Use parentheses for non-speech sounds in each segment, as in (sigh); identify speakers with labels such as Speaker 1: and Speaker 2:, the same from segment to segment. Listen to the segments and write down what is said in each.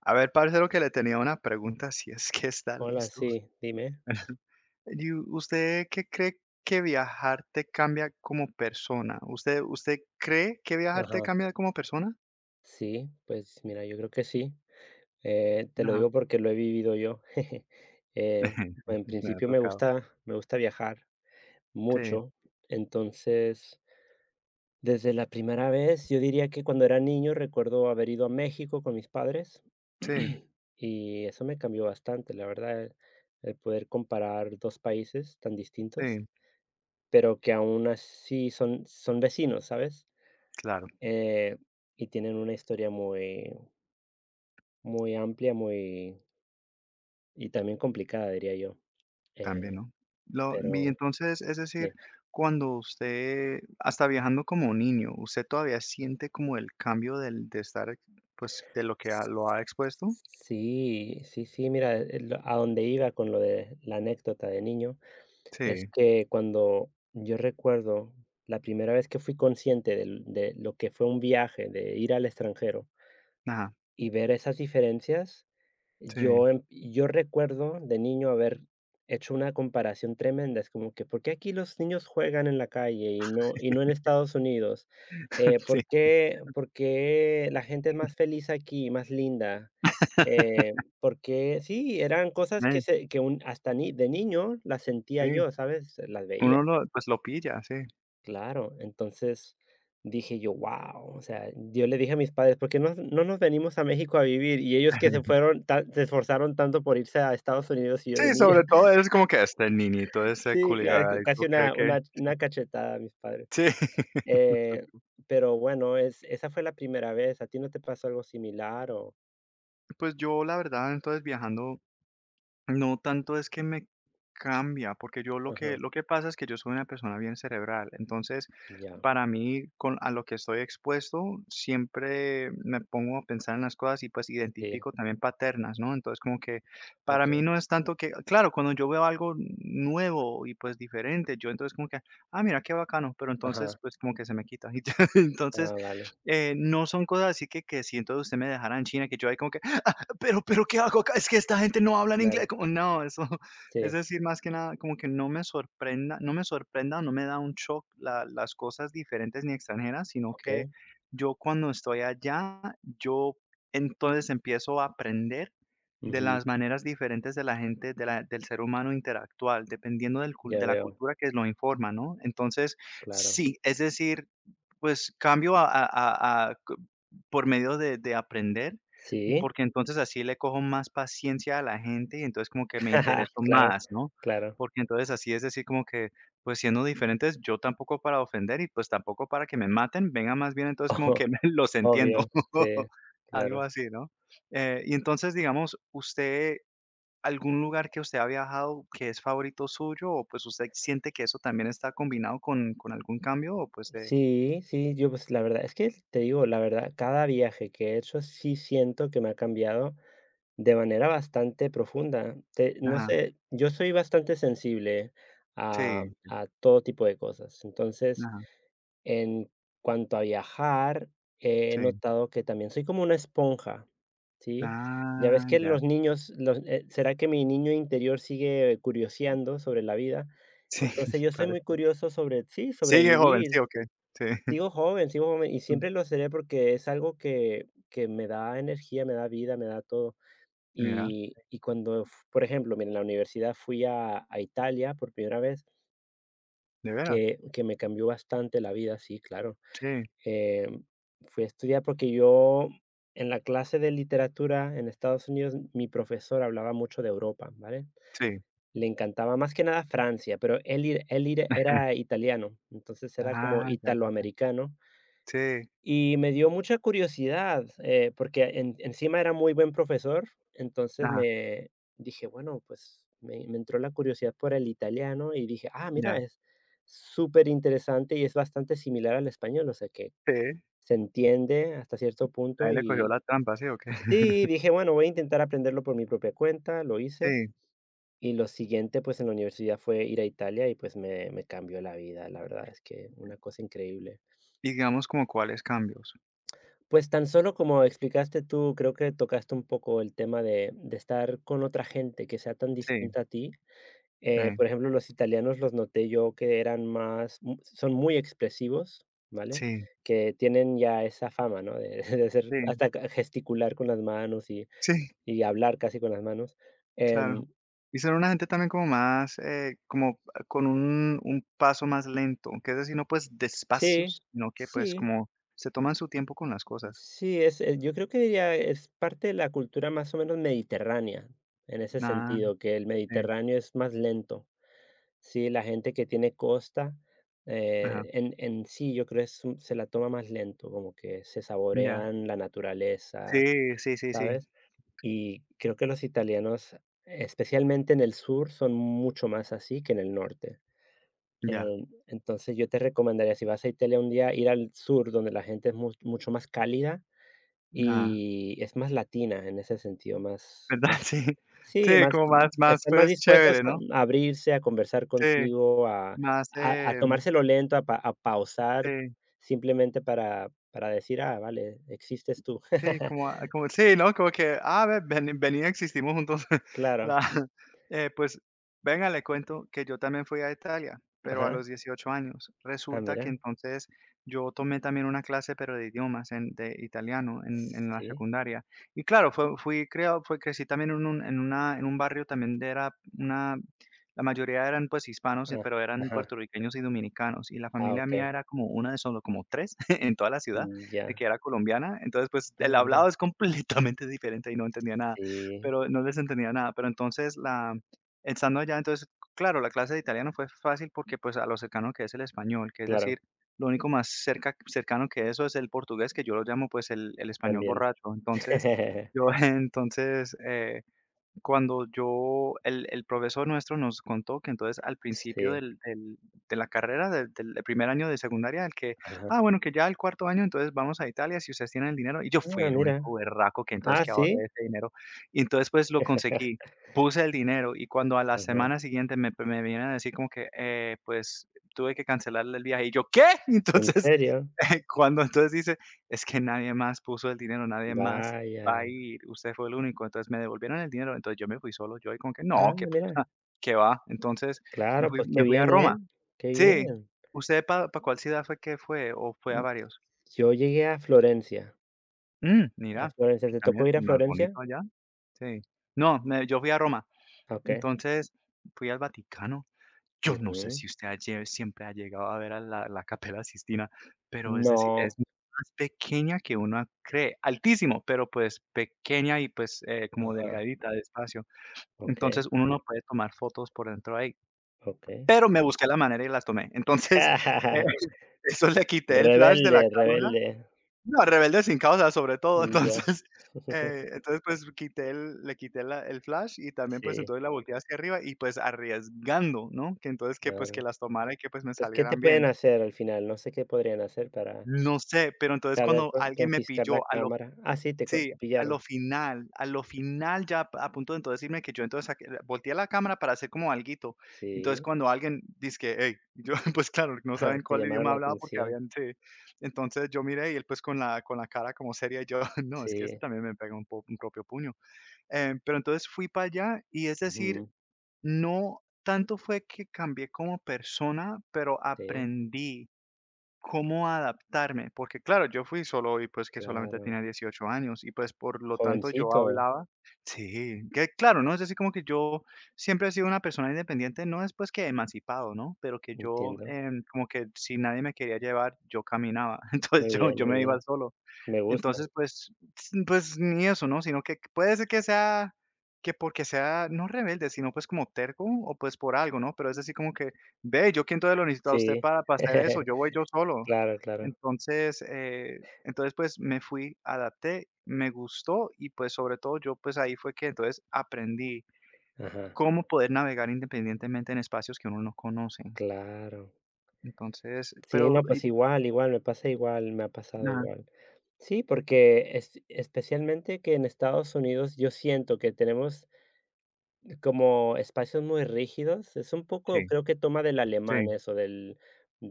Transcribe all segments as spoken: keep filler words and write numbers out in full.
Speaker 1: A ver, parcero, que le tenía una pregunta, si es que está
Speaker 2: Hola,
Speaker 1: listo.
Speaker 2: sí, dime.
Speaker 1: ¿Y u- usted qué cree que viajar te cambia como persona? ¿Usted, usted cree que viajar te
Speaker 2: Ajá.
Speaker 1: cambia como persona?
Speaker 2: Sí, pues mira, yo creo que sí. Eh, te lo
Speaker 1: Ajá.
Speaker 2: digo porque lo he vivido yo. (laughs) Eh,
Speaker 1: (laughs)
Speaker 2: en
Speaker 1: Me ha
Speaker 2: principio me
Speaker 1: tocado.
Speaker 2: gusta, me gusta viajar
Speaker 1: Sí,
Speaker 2: mucho. Entonces, desde la primera vez, yo diría que cuando era niño recuerdo haber ido a México con mis padres,
Speaker 1: sí,
Speaker 2: y eso me cambió bastante, la verdad, el el poder comparar dos países tan distintos,
Speaker 1: sí,
Speaker 2: pero que aún así son, son vecinos, ¿sabes?
Speaker 1: claro,
Speaker 2: Eh, y tienen una historia muy, muy amplia, muy y también complicada, diría yo, eh,
Speaker 1: también, ¿no? Lo, y
Speaker 2: pero
Speaker 1: entonces, es decir,
Speaker 2: sí.
Speaker 1: cuando usted, hasta viajando como niño, ¿usted todavía siente como el cambio del, de estar, ex- pues, de lo que ha- lo ha expuesto?
Speaker 2: Sí, sí, sí, mira, el a donde iba con lo de la anécdota de niño, es
Speaker 1: Sí,
Speaker 2: que cuando yo recuerdo la primera vez que fui consciente del de lo que fue un viaje, de ir al extranjero
Speaker 1: ajá,
Speaker 2: y ver esas diferencias.
Speaker 1: sí,
Speaker 2: Yo em yo recuerdo de niño haber hecho una comparación tremenda, es como que, ¿por qué aquí los niños juegan en la calle y no y no en Estados Unidos?
Speaker 1: (laughs)
Speaker 2: Eh,
Speaker 1: sí.
Speaker 2: ¿por qué por qué la gente es más feliz aquí, más linda? Eh, ¿por Sí, eran cosas
Speaker 1: Eh,
Speaker 2: que se que un hasta ni de niño las sentía
Speaker 1: sí.
Speaker 2: yo, ¿sabes? Las veía.
Speaker 1: Uno lo pues lo pilla, sí.
Speaker 2: Claro, entonces dije yo: wow, o sea, yo le dije a mis padres: "¿Por qué no no nos venimos a México a vivir?". Y ellos que se
Speaker 1: (laughs)
Speaker 2: fueron tan se esforzaron tanto por irse a Estados Unidos, y yo de
Speaker 1: Sí,
Speaker 2: niño.
Speaker 1: sobre todo
Speaker 2: (laughs)
Speaker 1: es como que este niñito, ese
Speaker 2: Sí, claro, c-
Speaker 1: culiacán, ¿tú
Speaker 2: casi
Speaker 1: crees
Speaker 2: una
Speaker 1: que?
Speaker 2: una una cachetada a mis padres.
Speaker 1: Sí.
Speaker 2: Eh,
Speaker 1: (laughs)
Speaker 2: pero bueno, es esa fue la primera vez. ¿A ti no te pasó algo similar o?
Speaker 1: Pues yo, la verdad, entonces viajando. No tanto es que me cambia, porque yo lo que
Speaker 2: Ajá.
Speaker 1: lo que pasa es que yo soy una persona bien cerebral, entonces,
Speaker 2: Ya.
Speaker 1: para mí, con a lo que estoy expuesto, siempre me pongo a pensar en las cosas y, pues,
Speaker 2: Sí.
Speaker 1: identifico también paternas, ¿no? Entonces, como que para mí
Speaker 2: Okey.
Speaker 1: no es tanto que claro, cuando yo veo algo nuevo y, pues, diferente, yo entonces como que: "Ah, mira, qué bacano", pero entonces,
Speaker 2: Ajá.
Speaker 1: pues, como que se me quita. (laughs) Y ya, entonces,
Speaker 2: Ah, vale.
Speaker 1: eh, no son cosas así que que si entonces usted me dejará en China, que yo ahí como que pero, pero, ¿qué hago acá? Es que esta gente no habla en inglés.
Speaker 2: Claro.
Speaker 1: Como, no, eso (laughs) es
Speaker 2: Sí.
Speaker 1: decir, más que nada, como que no me sorprenda, no me sorprenda, no me da un shock la- las cosas diferentes ni extranjeras, sino que
Speaker 2: Okey.
Speaker 1: yo cuando estoy allá, yo entonces empiezo a aprender de
Speaker 2: Ujú.
Speaker 1: las maneras diferentes de la gente, de la- del ser humano interactual, dependiendo del cul-
Speaker 2: Ya
Speaker 1: de la
Speaker 2: veo.
Speaker 1: cultura que lo informa, ¿no? Entonces,
Speaker 2: Claro.
Speaker 1: sí, es decir, pues cambio a, a- a- a c- por medio de, de aprender
Speaker 2: Sí.
Speaker 1: porque entonces así le cojo más paciencia a la gente y entonces como que me
Speaker 2: (laughs)
Speaker 1: intereso
Speaker 2: Claro,
Speaker 1: más, ¿no?
Speaker 2: claro.
Speaker 1: Porque entonces así es decir como que, pues siendo diferentes, yo tampoco para ofender y pues tampoco para que me maten, venga más bien entonces como
Speaker 2: Ojo.
Speaker 1: que (laughs) los entiendo,
Speaker 2: Obvio. Sí.
Speaker 1: (laughs)
Speaker 2: Claro.
Speaker 1: algo así, ¿no? Eh, y entonces digamos, usted, algún lugar que usted ha viajado que es favorito suyo o pues usted siente que eso también está combinado con, con algún cambio o pues de,
Speaker 2: Sí, sí, yo, pues, la verdad es que te digo, la verdad, cada viaje que he hecho sí siento que me ha cambiado de manera bastante profunda. Te No
Speaker 1: ajá,
Speaker 2: sé, yo soy bastante sensible a
Speaker 1: sí,
Speaker 2: a todo tipo de cosas. Entonces,
Speaker 1: ajá,
Speaker 2: en cuanto a viajar, he
Speaker 1: sí,
Speaker 2: notado que también soy como una esponja, ¿sí? Ya ves
Speaker 1: ah,
Speaker 2: que
Speaker 1: ya,
Speaker 2: los niños, los, eh, ¿será que mi niño interior sigue curioseando sobre la vida?
Speaker 1: (laughs) sí,
Speaker 2: Entonces yo soy
Speaker 1: puede
Speaker 2: muy
Speaker 1: ser.
Speaker 2: curioso sobre, sí,
Speaker 1: Sigue joven, sí,
Speaker 2: sobrevivir.
Speaker 1: ¿ok? Sí.
Speaker 2: Sigo joven, sigo joven, y
Speaker 1: Mm,
Speaker 2: siempre lo seré porque es algo que, que me da energía, me da vida, me da todo.
Speaker 1: mira,
Speaker 2: Y, y cuando, f- por ejemplo, mira, en la universidad fui a, a Italia por primera vez,
Speaker 1: ¿de veras?
Speaker 2: que, que me cambió bastante la vida, sí, claro.
Speaker 1: Sí,
Speaker 2: Eh, fui a estudiar porque yo en la clase de literatura en Estados Unidos, mi profesor hablaba mucho de Europa, ¿vale?
Speaker 1: sí.
Speaker 2: Le encantaba más que nada Francia, pero él, ir- él ir- era italiano, entonces era como
Speaker 1: Ah, ya, ya.
Speaker 2: italoamericano.
Speaker 1: Sí.
Speaker 2: Y me dio mucha curiosidad, eh, porque en- encima era muy buen profesor, entonces
Speaker 1: Ajá,
Speaker 2: me dije, bueno, pues me, me entró la curiosidad por el italiano, y dije, ah, mira,
Speaker 1: ya.
Speaker 2: es súper interesante y es bastante similar al español, o sea que
Speaker 1: Sí,
Speaker 2: se entiende hasta cierto
Speaker 1: ahí
Speaker 2: punto.
Speaker 1: le cogió
Speaker 2: Y
Speaker 1: la trampa, ¿sí o qué?
Speaker 2: sí,
Speaker 1: (laughs)
Speaker 2: dije: "Bueno, voy a intentar aprenderlo por mi propia cuenta", lo hice,
Speaker 1: Sí.
Speaker 2: y lo siguiente, pues, en la universidad fue ir a Italia y, pues, me me cambió la vida, la verdad es que una cosa increíble.
Speaker 1: Y digamos como cuáles cambios.
Speaker 2: Pues, tan solo como explicaste tú, creo que tocaste un poco el tema de de estar con otra gente que sea tan
Speaker 1: Sí,
Speaker 2: distinta a ti. eh,
Speaker 1: eh,
Speaker 2: por ejemplo, los italianos los noté yo que eran más, mm, son muy expresivos, ¿vale?
Speaker 1: sí,
Speaker 2: Que tienen ya esa fama, ¿no? De (laughs) de ser
Speaker 1: sí,
Speaker 2: hasta ca- gesticular con las manos. y
Speaker 1: sí,
Speaker 2: Y hablar casi con las manos.
Speaker 1: claro.
Speaker 2: Em,
Speaker 1: Y ser una gente también como más, eh, como con un un paso más lento, que es decir, no pues
Speaker 2: sí,
Speaker 1: despacios, sino que pues
Speaker 2: sí,
Speaker 1: como se toman su tiempo con las cosas.
Speaker 2: sí, es, eh, yo creo que ya es parte de la cultura más o menos mediterránea, en ese
Speaker 1: Ah,
Speaker 2: sentido, que el
Speaker 1: sí,
Speaker 2: Mediterráneo es más lento. Sí, la gente que tiene costa,
Speaker 1: ajá,
Speaker 2: eh, en, en sí, yo creo que es, un- se la toma más lento, como que se
Speaker 1: ya.
Speaker 2: saborean la naturaleza,
Speaker 1: Sí, sí, sí, sí,
Speaker 2: ¿sabes? Y creo que los italianos, especialmente en el sur, son mucho más así que en el norte.
Speaker 1: ya.
Speaker 2: Eh, entonces yo te recomendaría, si vas a Italia un día, ir al sur, donde la gente es mu- mucho más cálida
Speaker 1: Ah.
Speaker 2: y es más latina en ese sentido, más, más,
Speaker 1: ¿Verdad? (laughs) Sí.
Speaker 2: sí,
Speaker 1: Sí,
Speaker 2: más,
Speaker 1: como más más,
Speaker 2: están más
Speaker 1: pues,
Speaker 2: dispuestos
Speaker 1: chévere,
Speaker 2: a
Speaker 1: ¿no?
Speaker 2: a abrirse, a conversar
Speaker 1: Sí,
Speaker 2: contigo, a,
Speaker 1: más,
Speaker 2: a, a
Speaker 1: eh,
Speaker 2: tomárselo lento, a, pa- a pausar
Speaker 1: sí.
Speaker 2: simplemente para, para decir, ah, vale, existes tú.
Speaker 1: Sí, como a
Speaker 2: (laughs)
Speaker 1: como sí, ¿no? Como que, ah, ve, veni venía existimos juntos. (laughs)
Speaker 2: Claro.
Speaker 1: La eh, pues, venga, le cuento que yo también fui a Italia, pero a
Speaker 2: Ajá.
Speaker 1: los dieciocho años.
Speaker 2: Ah,
Speaker 1: Resulta que
Speaker 2: mira.
Speaker 1: entonces yo tomé también una clase, pero de idiomas, en de italiano en en la
Speaker 2: Sí.
Speaker 1: secundaria. Y claro, fue fui creado, fue crecí también en un en una en un barrio también de era una la mayoría eran, pues, hispanos, eh,
Speaker 2: Ah,
Speaker 1: pero eran
Speaker 2: ajá.
Speaker 1: puertorriqueños y dominicanos, y la
Speaker 2: Ah,
Speaker 1: familia
Speaker 2: ok.
Speaker 1: mía era como una de solo como tres (laughs) en toda la ciudad
Speaker 2: Mm,
Speaker 1: de
Speaker 2: ya.
Speaker 1: que era colombiana, entonces, pues,
Speaker 2: Ah,
Speaker 1: el
Speaker 2: mira.
Speaker 1: hablado es (laughs) completamente diferente y no entendía nada,
Speaker 2: Sí.
Speaker 1: pero no les entendía nada, pero entonces la estando allá, entonces, claro, la clase de italiano fue fácil porque, pues, a lo cercano que es el español, que es
Speaker 2: Claro,
Speaker 1: decir, lo único más cerca cercano que eso es el portugués, que yo lo llamo, pues, el el español
Speaker 2: también.
Speaker 1: borracho. Entonces, yo
Speaker 2: (laughs)
Speaker 1: (laughs) entonces, eh, cuando yo el el profesor nuestro nos contó que entonces al principio
Speaker 2: Sí,
Speaker 1: del del de la carrera, del del primer año de secundaria, el que: "Ah,
Speaker 2: ajá.
Speaker 1: bueno, que ya el cuarto año, entonces vamos a Italia si ustedes tienen el dinero". Y yo fui
Speaker 2: Ah,
Speaker 1: el
Speaker 2: mira.
Speaker 1: único berraco que entonces
Speaker 2: Ah,
Speaker 1: que ahorré
Speaker 2: sí.
Speaker 1: ese dinero. Y entonces, pues, lo conseguí,
Speaker 2: (laughs)
Speaker 1: puse el dinero, y cuando a la
Speaker 2: Ajá.
Speaker 1: semana siguiente me pues, me vienen a decir como que: "Eh, pues, tuve que cancelar el viaje". Y yo: "¿Qué?".
Speaker 2: ¿En
Speaker 1: (laughs) Entonces,
Speaker 2: serio?
Speaker 1: (laughs) cuando entonces dice: "Es que nadie más puso el dinero, nadie más". Va a
Speaker 2: Vaya.
Speaker 1: ir, usted fue el único, entonces me devolvieron el dinero, entonces yo me fui solo, yo ahí como que
Speaker 2: Ah,
Speaker 1: no, que
Speaker 2: mira.
Speaker 1: (laughs) que va, entonces me
Speaker 2: Claro,
Speaker 1: fui
Speaker 2: pues qué
Speaker 1: me fui a
Speaker 2: bien,
Speaker 1: Roma.
Speaker 2: ¿eh? Qué
Speaker 1: Sí,
Speaker 2: bien.
Speaker 1: ¿usted pa para cuál ciudad fue que fue o fue a
Speaker 2: Mm,
Speaker 1: varios?
Speaker 2: yo llegué a Florencia,
Speaker 1: Mm,
Speaker 2: a
Speaker 1: mira,
Speaker 2: Florencia,
Speaker 1: que
Speaker 2: ¿te
Speaker 1: también
Speaker 2: tocó
Speaker 1: es
Speaker 2: ir a
Speaker 1: más
Speaker 2: Florencia?
Speaker 1: bonito allá. Sí, no, me yo fui a Roma,
Speaker 2: Ah, ¿ok?
Speaker 1: entonces fui al Vaticano. Yo no sé
Speaker 2: Ujú.
Speaker 1: si usted ha lle siempre ha llegado a ver a la la Capela Sistina, pero es decir, es
Speaker 2: No.
Speaker 1: más pequeña que uno cree, altísimo, pero pues pequeña y pues, eh, como
Speaker 2: Ajá.
Speaker 1: delgadita de espacio.
Speaker 2: Ok.
Speaker 1: Entonces, uno no puede tomar fotos por dentro ahí,
Speaker 2: Okey.
Speaker 1: pero me busqué la manera y las tomé. Entonces, (laughs) eh,
Speaker 2: (laughs)
Speaker 1: eso le quité el flash de
Speaker 2: Rebelde,
Speaker 1: la cámara.
Speaker 2: rebelde.
Speaker 1: No, Rebelde sin causa, sobre todo.
Speaker 2: Mm, ya.
Speaker 1: (laughs) Entonces, eh,
Speaker 2: (laughs)
Speaker 1: entonces, pues, quité el le quité la el flash y también, pues,
Speaker 2: Sí,
Speaker 1: entonces la volteé hacia arriba y, pues, arriesgando, ¿no? Que entonces que, pues, que
Speaker 2: claro.
Speaker 1: las tomara y que, pues, me
Speaker 2: Pues, ¿qué te
Speaker 1: salieran
Speaker 2: pueden
Speaker 1: bien.
Speaker 2: hacer al final? No sé qué podrían hacer para.
Speaker 1: No sé, pero entonces
Speaker 2: Tal vez
Speaker 1: cuando
Speaker 2: con
Speaker 1: alguien me
Speaker 2: confiscar
Speaker 1: pilló
Speaker 2: la
Speaker 1: al
Speaker 2: cámara. Ah, sí, te co
Speaker 1: Sí,
Speaker 2: te
Speaker 1: a
Speaker 2: pillaron.
Speaker 1: lo final, a lo final ya a punto de entonces decirme que yo entonces saqué volteé la cámara para hacer como alguito. Entonces,
Speaker 2: Sí,
Speaker 1: cuando alguien dice que, "Hey", yo, (laughs) pues claro, no
Speaker 2: ajá,
Speaker 1: saben
Speaker 2: te
Speaker 1: cuál
Speaker 2: llamaron
Speaker 1: idioma
Speaker 2: la
Speaker 1: hablaba porque
Speaker 2: atención.
Speaker 1: habían sí. Entonces, yo miré y él, pues, con la con la cara como seria y yo: (laughs) "No, es que este
Speaker 2: Sí,
Speaker 1: también me pega un po un propio puño". Em, pero entonces fui para allá y es decir,
Speaker 2: ujú,
Speaker 1: no tanto fue que cambié como persona, pero
Speaker 2: sí,
Speaker 1: aprendí cómo adaptarme, porque claro, yo fui solo y pues que solamente tenía
Speaker 2: claro.
Speaker 1: dieciocho años y pues por lo tanto yo
Speaker 2: Jovencito,
Speaker 1: hablaba, sí, que claro, ¿no? Es así como que yo siempre he sido una persona independiente, no es pues que emancipado, ¿no? Pero que yo
Speaker 2: entiendo.
Speaker 1: em, como que si nadie me quería llevar, yo caminaba, (laughs) entonces
Speaker 2: Muy
Speaker 1: yo,
Speaker 2: bien,
Speaker 1: yo
Speaker 2: muy
Speaker 1: me
Speaker 2: bien.
Speaker 1: iba solo.
Speaker 2: Me gusta.
Speaker 1: Entonces, pues s- pues ni eso, ¿no? Sino que puede ser que sea que porque sea, no rebelde, sino, pues, como terco o, pues, por algo, ¿no? Pero es así como que: "Ve, yo quién entonces lo necesito a usted
Speaker 2: Sí.
Speaker 1: para para hacer eso, yo
Speaker 2: (laughs)
Speaker 1: voy yo solo".
Speaker 2: Claro, claro.
Speaker 1: Entonces, eh, entonces, pues, me fui, adapté, me gustó y, pues, sobre todo, yo, pues, ahí fue que entonces aprendí
Speaker 2: Ajá,
Speaker 1: cómo poder navegar independientemente en espacios que uno no conoce.
Speaker 2: claro.
Speaker 1: Entonces,
Speaker 2: Sí,
Speaker 1: pero
Speaker 2: no,
Speaker 1: y
Speaker 2: pues igual, igual, me pasa igual, me ha pasado
Speaker 1: ajá,
Speaker 2: igual. Sí, porque es especialmente que en Estados Unidos yo siento que tenemos como espacios muy rígidos, es un poco,
Speaker 1: sí,
Speaker 2: creo que toma del
Speaker 1: sí,
Speaker 2: alemán eso del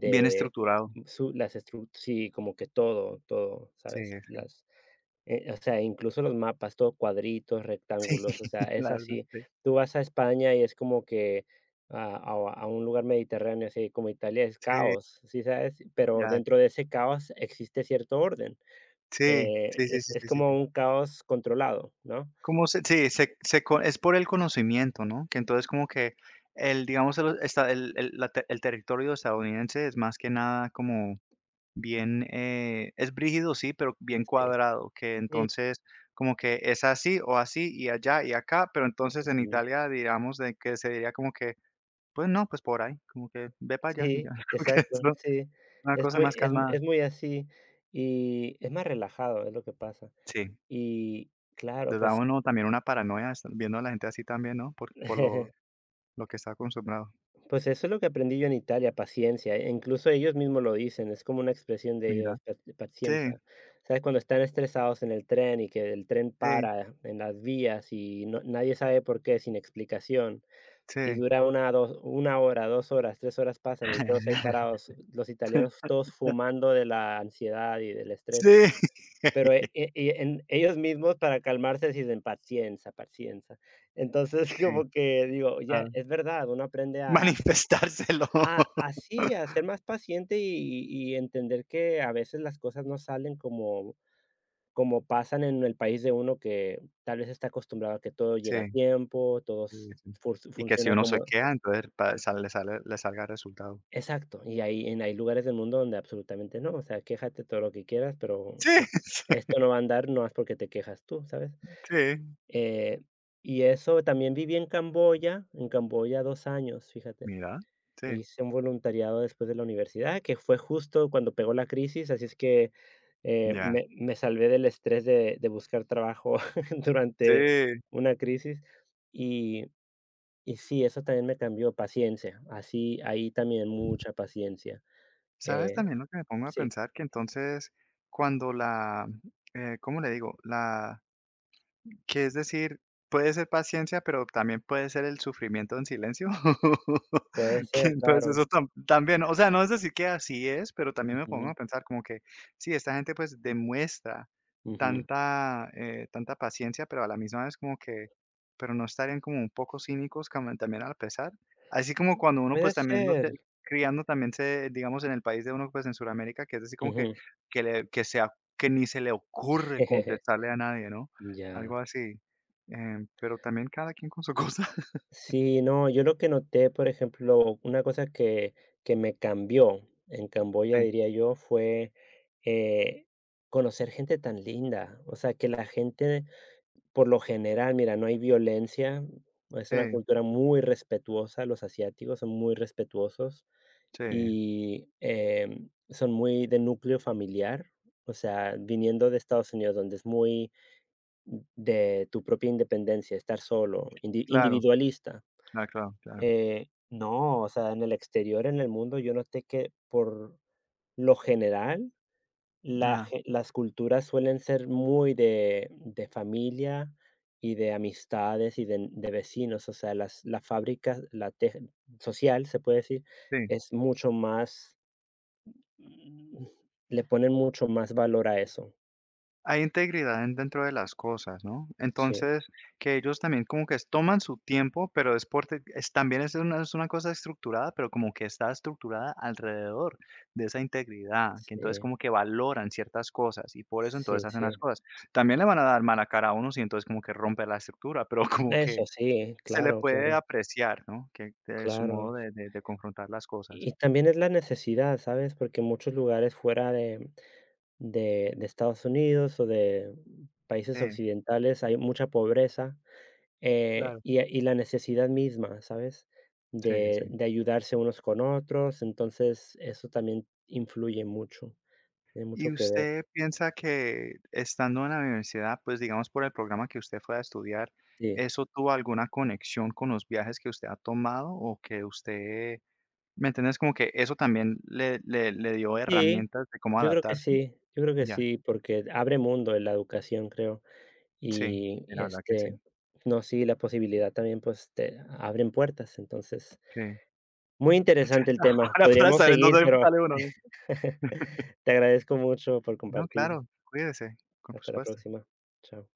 Speaker 1: bien estructurado.
Speaker 2: su las estru sí, como que todo, todo,
Speaker 1: Sí,
Speaker 2: ¿sabes? Las, eh, o sea, incluso los mapas, todo cuadritos,
Speaker 1: sí.
Speaker 2: rectángulos, o sea,
Speaker 1: La
Speaker 2: es
Speaker 1: verdad,
Speaker 2: así.
Speaker 1: sí.
Speaker 2: Tú vas a España y es como que a a a un lugar mediterráneo, así como Italia, es
Speaker 1: Sí,
Speaker 2: caos, ¿sí sabes? Pero
Speaker 1: ya.
Speaker 2: dentro de ese caos existe cierto orden.
Speaker 1: Sí, sí,
Speaker 2: Eh,
Speaker 1: sí,
Speaker 2: es
Speaker 1: sí,
Speaker 2: es
Speaker 1: sí, sí,
Speaker 2: como
Speaker 1: sí.
Speaker 2: un caos controlado, ¿no?
Speaker 1: Como se sí, se se co es por el conocimiento, ¿no? Que entonces como que el, digamos, el está el el la te el territorio estadounidense es más que nada como bien, eh, es brígido, sí, pero bien
Speaker 2: Sí.
Speaker 1: cuadrado, que
Speaker 2: Sí.
Speaker 1: entonces como que es así o así y allá y acá, pero entonces en
Speaker 2: Ujú.
Speaker 1: Italia, digamos, de que se diría como que, pues no, pues por ahí, como que ve para allá y ya,
Speaker 2: Sí,
Speaker 1: (laughs) como que es
Speaker 2: exacto,
Speaker 1: lo
Speaker 2: sí.
Speaker 1: una
Speaker 2: Es
Speaker 1: cosa
Speaker 2: muy
Speaker 1: más
Speaker 2: es
Speaker 1: calmada.
Speaker 2: es muy así, y es más relajado, es lo que pasa.
Speaker 1: Sí.
Speaker 2: Y claro,
Speaker 1: Les da a
Speaker 2: pues
Speaker 1: uno también una paranoia estar viendo a la gente así también, ¿no? Por por lo
Speaker 2: (laughs)
Speaker 1: lo que está acostumbrado.
Speaker 2: pues eso es lo que aprendí yo en Italia, paciencia, e incluso ellos mismos lo dicen, es como una expresión de
Speaker 1: Mira.
Speaker 2: ellos, pa pazienza.
Speaker 1: Sí,
Speaker 2: ¿Sabes? Cuando están estresados en el tren y que el tren
Speaker 1: sí,
Speaker 2: para en las vías y no nadie sabe por qué, sin explicación, y
Speaker 1: sí.
Speaker 2: dura una dos una hora, dos horas, tres horas pasan y todos ahí
Speaker 1: (laughs)
Speaker 2: parados, los italianos todos fumando de la ansiedad y del estrés.
Speaker 1: Sí.
Speaker 2: Pero, eh, e e- en ellos mismos para calmarse dicen: paciencia, paciencia. Entonces, (laughs)
Speaker 1: Sí,
Speaker 2: como que digo, oye,
Speaker 1: claro.
Speaker 2: es verdad, uno aprende a
Speaker 1: Manifestárselo.
Speaker 2: a así, a
Speaker 1: (laughs)
Speaker 2: ser más paciente, y y entender que a veces las cosas no salen como como pasan en el país de uno, que tal vez está acostumbrado a que todo llega a
Speaker 1: Sí,
Speaker 2: tiempo, todo
Speaker 1: sí,
Speaker 2: s
Speaker 1: sí.
Speaker 2: fur
Speaker 1: Y que si
Speaker 2: funciona
Speaker 1: uno se
Speaker 2: como
Speaker 1: queda entonces pa sale le sale le salga el resultado.
Speaker 2: exacto, y hay en hay lugares del mundo donde absolutamente no, o sea, quéjate todo lo que quieras, pero
Speaker 1: Sí,
Speaker 2: eh,
Speaker 1: (laughs) sí,
Speaker 2: esto no va a andar. No es porque te quejas tú, ¿sabes?
Speaker 1: sí.
Speaker 2: Eh, y eso también viví en Camboya, en Camboya dos años, fíjate.
Speaker 1: Mira, sí,
Speaker 2: Hice un voluntariado después de la universidad, que fue justo cuando pegó la crisis, así es que, eh,
Speaker 1: ya.
Speaker 2: me me salvé del estrés de de buscar trabajo (laughs) durante
Speaker 1: Sí.
Speaker 2: una crisis. Y y sí, eso también me cambió, paciencia, así ahí también mucha paciencia.
Speaker 1: ¿Sabes
Speaker 2: Eh,
Speaker 1: también lo que me pongo a
Speaker 2: sí,
Speaker 1: pensar? Que entonces cuando la, eh, ¿cómo le digo? La Que es decir, puede ser paciencia, pero también puede ser el sufrimiento en silencio.
Speaker 2: puede
Speaker 1: (laughs) Que
Speaker 2: ser,
Speaker 1: entonces
Speaker 2: claro.
Speaker 1: eso tam también, o sea, no es decir que así es, pero también me pongo a
Speaker 2: Ujú,
Speaker 1: pensar como que sí, esta gente pues demuestra
Speaker 2: ujú.
Speaker 1: tanta, eh, tanta paciencia, pero a la misma vez como que, pero no estarían como un poco cínicos como también al pesar. Así como cuando uno pues
Speaker 2: Puede
Speaker 1: también no sé,
Speaker 2: ser.
Speaker 1: criando también se, digamos, en el país de uno, pues en Sudamérica, que es así como que
Speaker 2: Ujú.
Speaker 1: que le que sea que ni se le ocurre
Speaker 2: (laughs)
Speaker 1: contestarle a nadie, ¿no?
Speaker 2: Ya.
Speaker 1: Algo así, em, pero también cada quien con su cosa. (laughs)
Speaker 2: Sí, no, yo lo que noté, por ejemplo, una cosa que, que me cambió en Camboya,
Speaker 1: Sí,
Speaker 2: diría yo, fue eh, conocer gente tan linda. O sea, que la gente, por lo general, mira, no hay violencia, es una
Speaker 1: sí,
Speaker 2: cultura muy respetuosa, los asiáticos son muy respetuosos,
Speaker 1: sí,
Speaker 2: y em, son muy de núcleo familiar. O sea, viniendo de Estados Unidos, donde es muy de tu propia independencia, estar solo, indi-
Speaker 1: claro,
Speaker 2: individualista.
Speaker 1: claro, claro, claro.
Speaker 2: Eh, no, o sea, en el exterior, en el mundo, yo noté que por lo general la
Speaker 1: Ah,
Speaker 2: ge- las culturas suelen ser muy de, de familia y de amistades y de, de vecinos, o sea, las, la fábrica la te- social, se puede decir,
Speaker 1: sí.
Speaker 2: es mucho más, mm, le ponen mucho más valor a eso.
Speaker 1: Hay integridad en dentro de las cosas, ¿no?
Speaker 2: Sí,
Speaker 1: Entonces, que ellos también como que toman su tiempo, pero es porque es también es una es una cosa estructurada, pero como que está estructurada alrededor de esa integridad, que entonces
Speaker 2: sí,
Speaker 1: como que valoran ciertas cosas y por eso
Speaker 2: sí,
Speaker 1: entonces hacen
Speaker 2: sí.
Speaker 1: las cosas. También le van a dar mala cara a unos y entonces como que rompe la estructura, (laughs) pero como que
Speaker 2: Eso sí,
Speaker 1: Se le
Speaker 2: claro,
Speaker 1: puede
Speaker 2: claro,
Speaker 1: apreciar, ¿no? Que de su modo
Speaker 2: claro.
Speaker 1: de de de confrontar las cosas.
Speaker 2: Y también es la necesidad, ¿sabes? Porque muchos lugares fuera de de de Estados Unidos o de países
Speaker 1: Sí,
Speaker 2: occidentales hay mucha pobreza, eh,
Speaker 1: claro.
Speaker 2: y y la necesidad misma, ¿sabes?
Speaker 1: Sí,
Speaker 2: De
Speaker 1: sí.
Speaker 2: de ayudarse unos con otros, entonces eso también influye mucho, tiene
Speaker 1: ¿Y
Speaker 2: mucho que ver.
Speaker 1: usted piensa que estando en la universidad, pues, digamos, por el programa que usted fue a estudiar,
Speaker 2: Sí.
Speaker 1: eso tuvo alguna conexión con los viajes que usted ha tomado o que usted, ¿me entiendes? Como que eso también le le le dio
Speaker 2: Sí,
Speaker 1: herramientas de cómo
Speaker 2: yo creo que
Speaker 1: adaptarse.
Speaker 2: sí, yo creo que
Speaker 1: Ya,
Speaker 2: sí, porque abre mundo en la educación, creo,
Speaker 1: sí,
Speaker 2: y,
Speaker 1: sí,
Speaker 2: y
Speaker 1: la verdad que
Speaker 2: este,
Speaker 1: sí,
Speaker 2: no, sí, la posibilidad también, pues, te abren puertas, entonces.
Speaker 1: sí.
Speaker 2: Muy interesante el
Speaker 1: (laughs)
Speaker 2: tema.
Speaker 1: Ahora para
Speaker 2: Podríamos
Speaker 1: saber en
Speaker 2: seguir,
Speaker 1: dónde
Speaker 2: pero
Speaker 1: sale uno, ¿no?
Speaker 2: (laughs) te agradezco mucho por
Speaker 1: No,
Speaker 2: compartir.
Speaker 1: claro, cuídese, por
Speaker 2: Hasta la
Speaker 1: supuesto.
Speaker 2: próxima. Chao.